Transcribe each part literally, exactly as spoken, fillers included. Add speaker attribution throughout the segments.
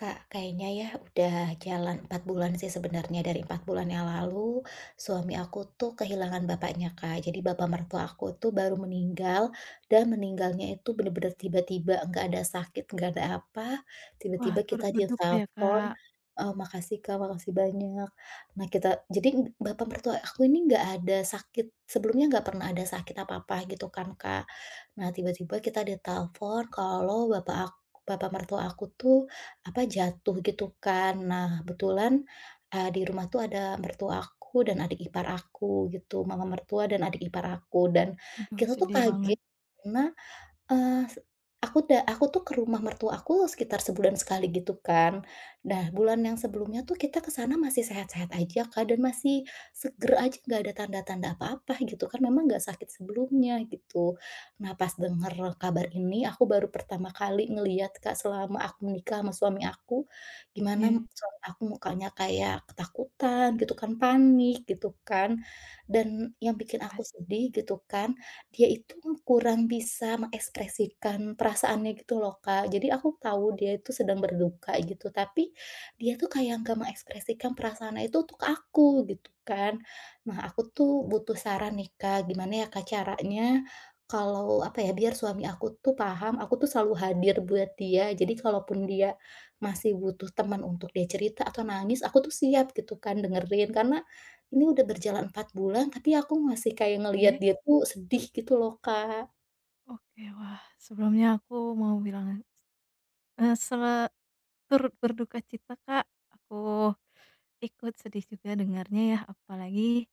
Speaker 1: Kak, kayaknya ya udah jalan empat bulan sih sebenarnya, dari empat bulan yang lalu, suami aku tuh kehilangan bapaknya, Kak. Jadi bapak mertua aku tuh baru meninggal, dan meninggalnya itu bener-bener tiba-tiba, nggak ada sakit, nggak ada apa,
Speaker 2: Wah,
Speaker 1: tiba-tiba kita
Speaker 2: turut berduka ya,
Speaker 1: ditelepon,
Speaker 2: Kak.
Speaker 1: eee, "Makasih Kak, makasih banyak." Nah kita jadi bapak mertua aku ini nggak ada sakit, sebelumnya nggak pernah ada sakit apa-apa gitu kan, Kak. Nah tiba-tiba kita ditelepon kalau bapak ak bapak mertua aku tuh apa, jatuh gitu kan. Nah, kebetulan, eee, di rumah tuh ada mertua aku dan adik ipar aku gitu, mama mertua dan adik ipar aku, dan
Speaker 2: Aduh,
Speaker 1: kita tuh
Speaker 2: sedih banget.
Speaker 1: kaget karena Eee, se aku da aku tuh ke rumah mertua aku sekitar sebulan sekali gitu kan. Nah, bulan yang sebelumnya tuh kita ke sana masih sehat-sehat aja, Kak, dan masih seger aja, nggak ada tanda-tanda apa-apa gitu kan, memang nggak sakit sebelumnya gitu. Nah, pas denger kabar ini, aku baru pertama kali ngelihat, Kak, selama aku menikah sama suami aku, gimana
Speaker 2: Iya,
Speaker 1: suami aku mukanya kayak ketakutan gitu kan, panik gitu kan. Dan yang bikin aku
Speaker 2: pasti.
Speaker 1: sedih gitu kan dia itu kurang bisa mengekspresikan perasaannya gitu loh, Kak. Jadi aku tahu dia itu sedang berduka gitu, tapi dia tuh kayak nggak mengekspresikan perasaannya itu untuk aku gitu kan. Nah, aku tuh butuh saran nih, Kak. Gimana ya, Kak, caranya kalau apa ya, biar suami aku tuh paham, aku tuh selalu hadir buat dia. Jadi kalaupun dia masih butuh teman untuk dia cerita atau nangis, aku tuh siap gitu kan dengerin. Karena ini udah berjalan empat bulan, tapi aku masih kayak ngelihat
Speaker 2: Oke,
Speaker 1: dia tuh sedih gitu loh, Kak.
Speaker 2: Oke, wah, sebelumnya aku mau bilang, eh se turut berduka cita, Kak. Aku ikut sedih juga dengarnya ya, apalagi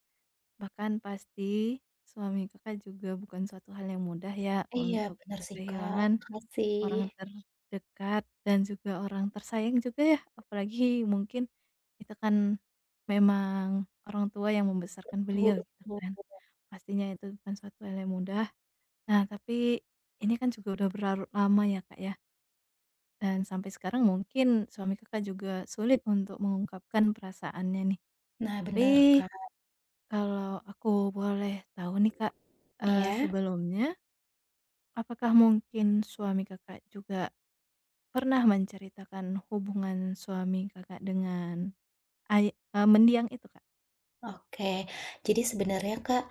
Speaker 2: bahkan pasti suami Kakak juga bukan suatu hal yang mudah ya
Speaker 1: Iya,
Speaker 2: untuk
Speaker 1: bener sih, Kak.
Speaker 2: kehilangan
Speaker 1: Makasih.
Speaker 2: orang terdekat dan juga orang tersayang juga ya, apalagi mungkin itu kan memang orang tua yang membesarkan
Speaker 1: Betul
Speaker 2: beliau gitu
Speaker 1: betul.
Speaker 2: kan. Pastinya itu bukan suatu hal yang mudah. Nah, tapi ini kan juga udah berlarut lama ya, Kak, ya. Dan sampai sekarang mungkin suami Kakak juga sulit untuk mengungkapkan perasaannya nih.
Speaker 1: Nah,
Speaker 2: Tapi
Speaker 1: bener, Kak.
Speaker 2: kalau aku boleh tahu nih, Kak, eee,
Speaker 1: Iya?
Speaker 2: sebelumnya apakah mungkin suami Kakak juga pernah menceritakan hubungan suami Kakak dengan ay eee, mendiang itu, Kak?
Speaker 1: Oke. Jadi sebenarnya Kak,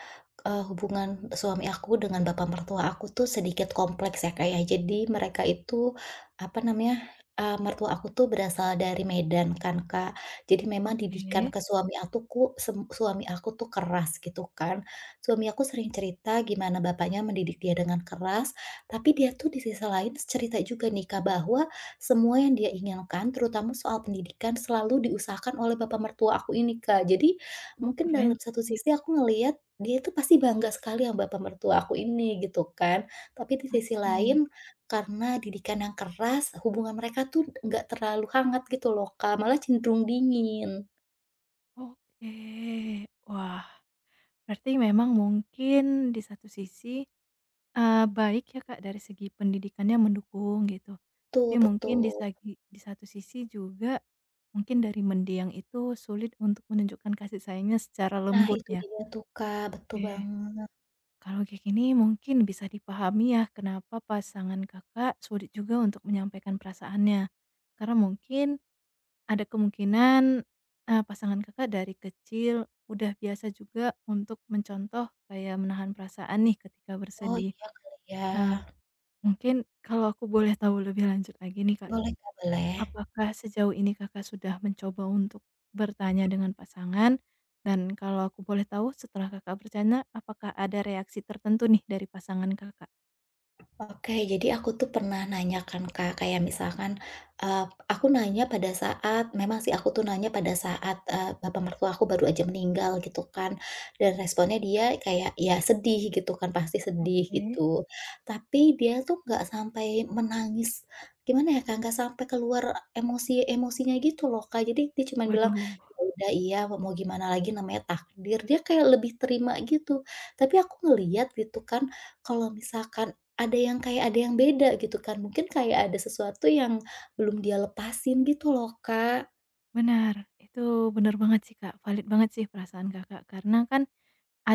Speaker 1: eee, hubungan suami aku dengan bapak mertua aku tuh sedikit kompleks ya Kak ya. Jadi mereka itu, apa namanya, eee, mertua aku tuh berasal dari Medan kan Kak. Jadi memang didikan
Speaker 2: Oke.
Speaker 1: ke suami aku suami aku tuh keras gitu kan. Suami aku sering cerita gimana bapaknya mendidik dia dengan keras, tapi dia tuh di sisi lain cerita juga nih Kak bahwa semua yang dia inginkan terutama soal pendidikan selalu diusahakan oleh bapak mertua aku ini Kak. Jadi
Speaker 2: Oh,
Speaker 1: mungkin
Speaker 2: keren
Speaker 1: dalam satu
Speaker 2: sih,
Speaker 1: sisi aku ngelihat dia itu pasti bangga sekali sama bapak mertua aku ini gitu kan, tapi di sisi
Speaker 2: pasti.
Speaker 1: lain karena didikan yang keras hubungan mereka tuh nggak terlalu hangat gitu loh, Kak, malah cenderung dingin.
Speaker 2: Oke. Wah. Berarti memang mungkin di satu sisi, eee, baik ya Kak dari segi pendidikannya mendukung gitu, tapi
Speaker 1: Betul
Speaker 2: mungkin di
Speaker 1: betul.
Speaker 2: sagi di satu sisi juga, mungkin dari mendiang itu sulit untuk menunjukkan kasih sayangnya secara
Speaker 1: Nah
Speaker 2: lembut
Speaker 1: itu
Speaker 2: ya.
Speaker 1: dia tuh, Kak, betul
Speaker 2: Oke,
Speaker 1: banget.
Speaker 2: kalau kayak gini mungkin bisa dipahami ya kenapa pasangan Kakak sulit juga untuk menyampaikan perasaannya, karena mungkin ada kemungkinan, eee, pasangan Kakak dari kecil udah biasa juga untuk mencontoh kayak menahan perasaan nih ketika
Speaker 1: Oh
Speaker 2: bersedih.
Speaker 1: iya kali ya?
Speaker 2: Nah, mungkin kalau aku boleh tahu lebih lanjut lagi nih, Kak,
Speaker 1: Boleh, Kak, boleh.
Speaker 2: apakah sejauh ini Kakak sudah mencoba untuk bertanya dengan pasangan? Dan kalau aku boleh tahu setelah Kakak bertanya, apakah ada reaksi tertentu nih dari pasangan Kakak?
Speaker 1: Oke, jadi aku tuh pernah nanya kan Kak, kayak misalkan, eee, aku nanya pada saat memang sih aku tuh nanya pada saat, eee, bapak mertua aku baru aja meninggal gitu kan, dan responnya dia kayak ya sedih gitu kan, pasti sedih
Speaker 2: Oke.
Speaker 1: gitu. Tapi dia tuh nggak sampai menangis, gimana ya Kak, nggak sampai keluar emosi-emosinya gitu loh Kak, jadi dia cuma bilang,
Speaker 2: Waduh,
Speaker 1: "Ya udah iya, mau gimana lagi namanya takdir." Dia kayak lebih terima gitu. Tapi aku ngelihat gitu kan, kalau misalkan ada yang kayak ada yang beda gitu kan, mungkin kayak ada sesuatu yang belum dia lepasin gitu loh, Kak.
Speaker 2: benar, itu benar banget sih, Kak, valid banget sih perasaan Kakak, karena kan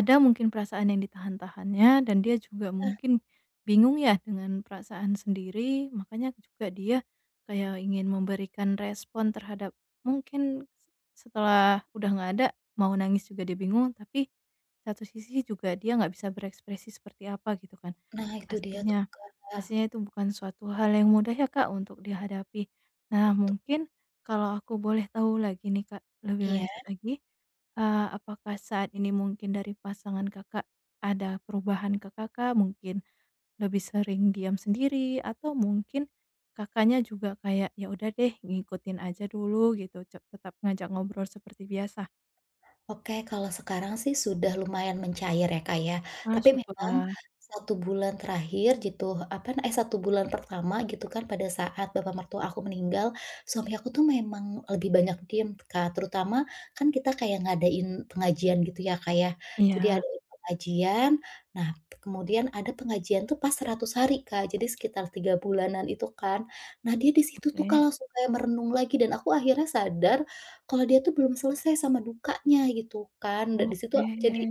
Speaker 2: ada mungkin perasaan yang ditahan-tahannya dan dia juga
Speaker 1: Iya,
Speaker 2: mungkin bingung ya dengan perasaan sendiri, makanya juga dia kayak ingin memberikan respon terhadap mungkin setelah udah nggak ada, mau nangis juga dia bingung, tapi satu sisi juga dia nggak bisa berekspresi seperti apa gitu kan.
Speaker 1: nah, itu dia tuh,
Speaker 2: Pastinya.
Speaker 1: Kak.
Speaker 2: Pastinya itu bukan suatu hal yang mudah ya, Kak, untuk dihadapi. Nah, mungkin kalau aku boleh tahu lagi nih, Kak, lebih
Speaker 1: Iya.
Speaker 2: lanjut lagi, eee, apakah saat ini mungkin dari pasangan Kakak ada perubahan ke Kakak, mungkin lebih sering diam sendiri atau mungkin Kakaknya juga kayak, "Ya udah deh, ngikutin aja dulu," gitu, ce tetap ngajak ngobrol seperti biasa?
Speaker 1: Oke, kalau sekarang sih sudah lumayan mencair ya, Kak, ya.
Speaker 2: Ah,
Speaker 1: Tapi memang
Speaker 2: syukurlah.
Speaker 1: satu bulan terakhir gitu, apa na eh, satu bulan pertama gitu kan pada saat bapak mertua aku meninggal, suami aku tuh memang lebih banyak diem, Kak. Terutama kan kita kayak ngadain pengajian gitu ya, Kak, ya. Jadi
Speaker 2: Iya.
Speaker 1: ada pengajian, nah kemudian ada pengajian tuh pas seratus hari, Kak, jadi sekitar tiga bulanan itu kan. Nah dia di situ tuh, Kak,
Speaker 2: Oke.
Speaker 1: langsung kayak merenung lagi dan aku akhirnya sadar kalau dia tuh belum selesai sama dukanya gitu kan, da di situ
Speaker 2: Oke.
Speaker 1: aku jadi,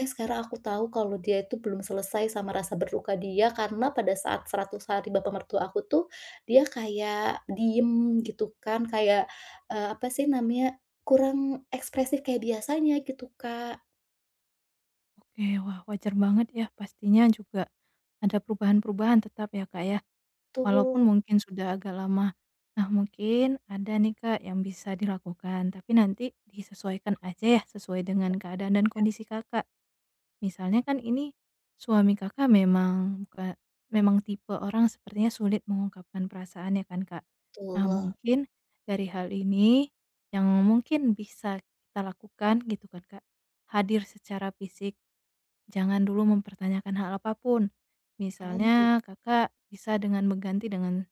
Speaker 1: eh, sekarang aku tahu kalau dia itu belum selesai sama rasa berduka dia karena pada saat seratus hari bapak mertua aku tuh, dia kayak diem gitu kan, kayak, eee, apa sih namanya, kurang ekspresif kayak biasanya gitu, Kak.
Speaker 2: Oke, wah, wajar banget ya pastinya juga ada perubahan-perubahan tetap ya Kak ya, walaupun
Speaker 1: Tuh
Speaker 2: mungkin sudah agak lama. Nah, mungkin ada nih Kak yang bisa dilakukan, tapi nanti disesuaikan aja ya sesuai dengan keadaan dan kondisi Kakak. Misalnya kan ini suami Kakak memang buka memang tipe orang sepertinya sulit mengungkapkan perasaan ya kan Kak. Nah,
Speaker 1: betul.
Speaker 2: mungkin dari hal ini yang mungkin bisa kita lakukan gitu kan Kak, hadir secara fisik. Jangan dulu mempertanyakan hal apapun.
Speaker 1: Oh gitu.
Speaker 2: Misalnya Kakak bisa dengan mengganti dengan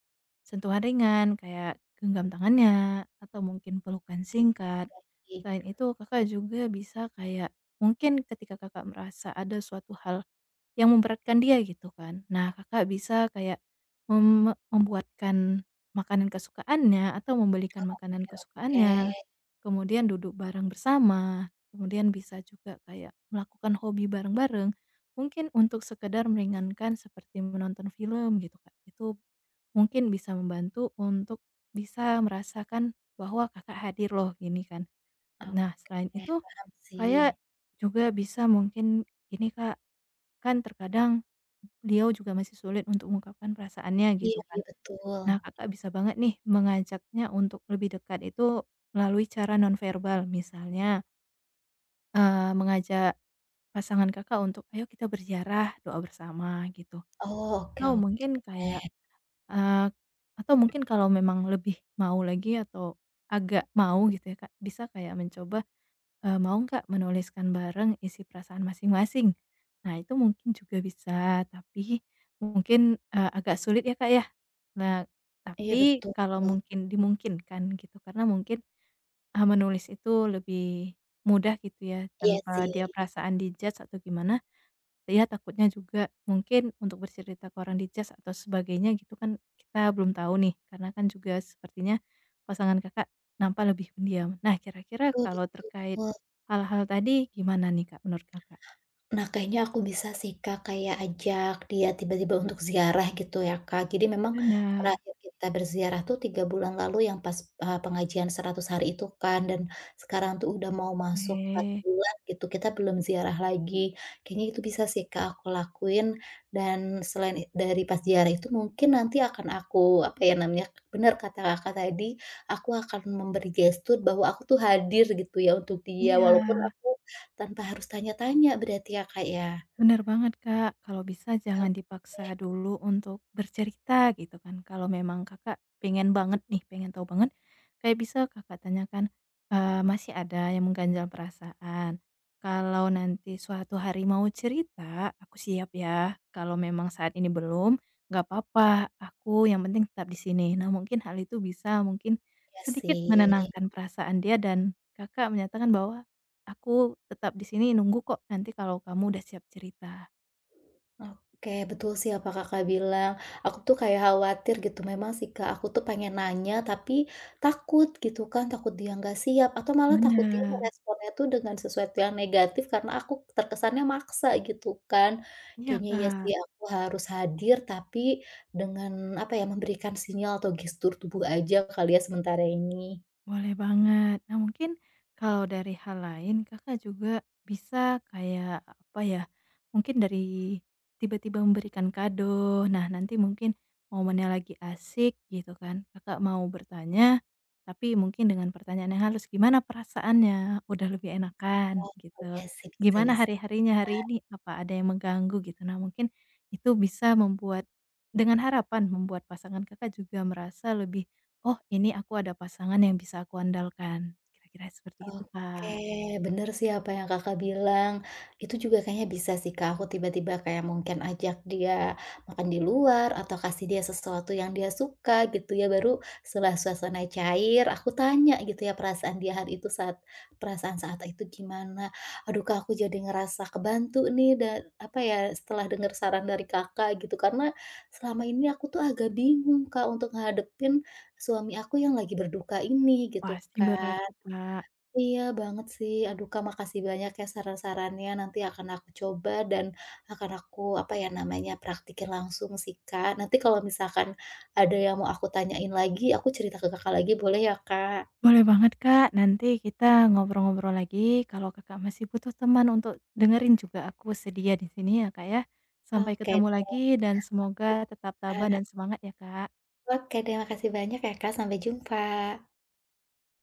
Speaker 2: sentuhan ringan kayak genggam tangannya atau mungkin pelukan singkat. Selain itu Kakak juga bisa kayak mungkin ketika Kakak merasa ada suatu hal yang memberatkan dia gitu kan. Nah, Kakak bisa kayak mem membuatkan makanan kesukaannya atau membelikan makanan kesukaannya,
Speaker 1: Oke
Speaker 2: kemudian duduk bareng bersama, kemudian bisa juga kayak melakukan hobi bareng-bareng. Mungkin untuk sekedar meringankan seperti menonton film gitu, Kak. Itu mungkin bisa membantu untuk bisa merasakan bahwa Kakak hadir loh gini kan. Nah, selain
Speaker 1: oke,
Speaker 2: itu
Speaker 1: paham sih.
Speaker 2: kayak juga bisa mungkin ini Kak, kan terkadang beliau juga masih sulit untuk mengungkapkan perasaannya gitu
Speaker 1: Iya
Speaker 2: kan.
Speaker 1: iya betul.
Speaker 2: Nah, Kakak bisa banget nih mengajaknya untuk lebih dekat itu melalui cara nonverbal misalnya, eee, mengajak pasangan Kakak untuk, "Ayo kita berziarah, doa bersama," gitu.
Speaker 1: Oh, oke
Speaker 2: Atau
Speaker 1: oke.
Speaker 2: mungkin kayak, eee, atau mungkin kalau memang lebih mau lagi atau agak mau gitu ya Kak, bisa kayak mencoba Eee, mau nggak menuliskan bareng isi perasaan masing-masing? Nah, itu mungkin juga bisa, tapi mungkin, eee, agak sulit ya, Kak, ya. Nah,
Speaker 1: Iya
Speaker 2: tapi
Speaker 1: betul.
Speaker 2: kalau mungkin dimungkinkan gitu, karena mungkin, eee, menulis itu lebih mudah gitu ya,
Speaker 1: Iya
Speaker 2: tanpa
Speaker 1: sih,
Speaker 2: dia perasaan di atau gimana, ya takutnya juga mungkin untuk bercerita ke orang di cas atau sebagainya gitu kan kita belum tahu nih, karena kan juga sepertinya pasangan Kakak nampak lebih pendiam. Nah kira-kira
Speaker 1: betul
Speaker 2: kalau terkait
Speaker 1: betul.
Speaker 2: hal-hal tadi gimana nih Kak, menurut Kakak?
Speaker 1: Nah, kayaknya aku bisa sih, Kak, kayak ajak dia tiba-tiba untuk ziarah gitu ya, Kak. Jadi memang
Speaker 2: Benar,
Speaker 1: terakhir kita berziarah tuh tiga bulan lalu yang pas, eee, pengajian seratus hari itu kan, dan sekarang tuh udah mau masuk empat
Speaker 2: oke,
Speaker 1: bulan gitu, kita belum ziarah lagi. Kayaknya itu bisa sih, Kak, aku lakuin dan selain it dari pas ziarah itu mungkin nanti akan aku, apa ya namanya, bener kata Kakak tadi, aku akan memberi gestur bahwa aku tuh hadir gitu ya untuk dia, walaupun
Speaker 2: iya.
Speaker 1: aku tanpa harus tanya-tanya berarti ya, Kak, ya?
Speaker 2: Bener banget, Kak. Kalau bisa jangan dipaksa dulu untuk bercerita gitu kan. Kalau memang Kakak pengen banget nih, pengen tahu banget, kayak bisa Kakak tanyakan, eee, masih ada yang mengganjal perasaan. Kalau nanti suatu hari mau cerita, aku siap ya. Kalau memang saat ini belum, nggak apa-apa, aku yang penting tetap di sini. Nah, mungkin hal itu bisa mungkin
Speaker 1: Oke
Speaker 2: sedikit
Speaker 1: sih.
Speaker 2: menenangkan perasaan dia dan Kakak menyatakan bahwa aku tetap di sini nunggu kok nanti kalau kamu udah siap cerita.
Speaker 1: Oke, betul sih apa Kakak bilang. Aku tuh kayak khawatir gitu, memang sih, Kak, aku tuh pengen nanya tapi takut gitu kan, takut dia nggak siap atau malah takut dia
Speaker 2: Bener,
Speaker 1: meresponnya tuh dengan sesuatu yang negatif karena aku terkesannya maksa gitu kan.
Speaker 2: iya
Speaker 1: Kayaknya ya
Speaker 2: Kak.
Speaker 1: sih aku harus hadir tapi dengan apa ya, memberikan sinyal atau gestur tubuh aja kali ya sementara ini.
Speaker 2: Boleh banget. Nah, mungkin kalau dari hal lain Kakak juga bisa kayak apa ya, mungkin dari tiba-tiba memberikan kado. Nah, nanti mungkin momennya lagi asik gitu kan, Kakak mau bertanya, tapi mungkin dengan pertanyaan yang halus, "Gimana perasaannya? Udah lebih enakan?"
Speaker 1: Oh,
Speaker 2: gitu.
Speaker 1: iya sih bisa
Speaker 2: "Gimana
Speaker 1: bisa.
Speaker 2: hari-harinya hari ini? Apa ada yang mengganggu?" gitu. Nah, mungkin itu bisa membuat dengan harapan membuat pasangan Kakak juga merasa lebih, "Oh ini aku ada pasangan yang bisa aku andalkan," kira-kira seperti itu,
Speaker 1: Oke,
Speaker 2: Kak.
Speaker 1: bener sih apa yang Kakak bilang. Itu juga kayaknya bisa sih Kak, aku tiba-tiba kayak mungkin ajak dia makan di luar atau kasih dia sesuatu yang dia suka gitu ya, baru setelah suasana cair aku tanya gitu ya perasaan dia hari itu saat perasaan saat itu gimana. Aduh Kak, aku jadi ngerasa kebantu nih dan apa ya, setelah dengar saran dari Kakak gitu karena selama ini aku tuh agak bingung Kak untuk ngadepin suami aku yang lagi berduka ini gitu
Speaker 2: Pasti berat
Speaker 1: kan.
Speaker 2: sih, Kak.
Speaker 1: Iya banget sih. Aduh Kak, makasih banyak ya saran-sarannya. Nanti akan aku coba dan akan aku, apa ya namanya, praktikin langsung sih Kak. Nanti kalau misalkan ada yang mau aku tanyain lagi, aku cerita ke Kakak lagi boleh ya Kak?
Speaker 2: Boleh banget, Kak, nanti kita ngobrol-ngobrol lagi kalau Kakak masih butuh teman untuk dengerin juga aku sedia di sini ya, Kak, ya. Sampai
Speaker 1: Oke
Speaker 2: ketemu
Speaker 1: deh,
Speaker 2: lagi dan semoga tetap tabah dan
Speaker 1: Kak.
Speaker 2: semangat ya, Kak.
Speaker 1: Oke deh, makasih banyak ya Kak. Sampai jumpa.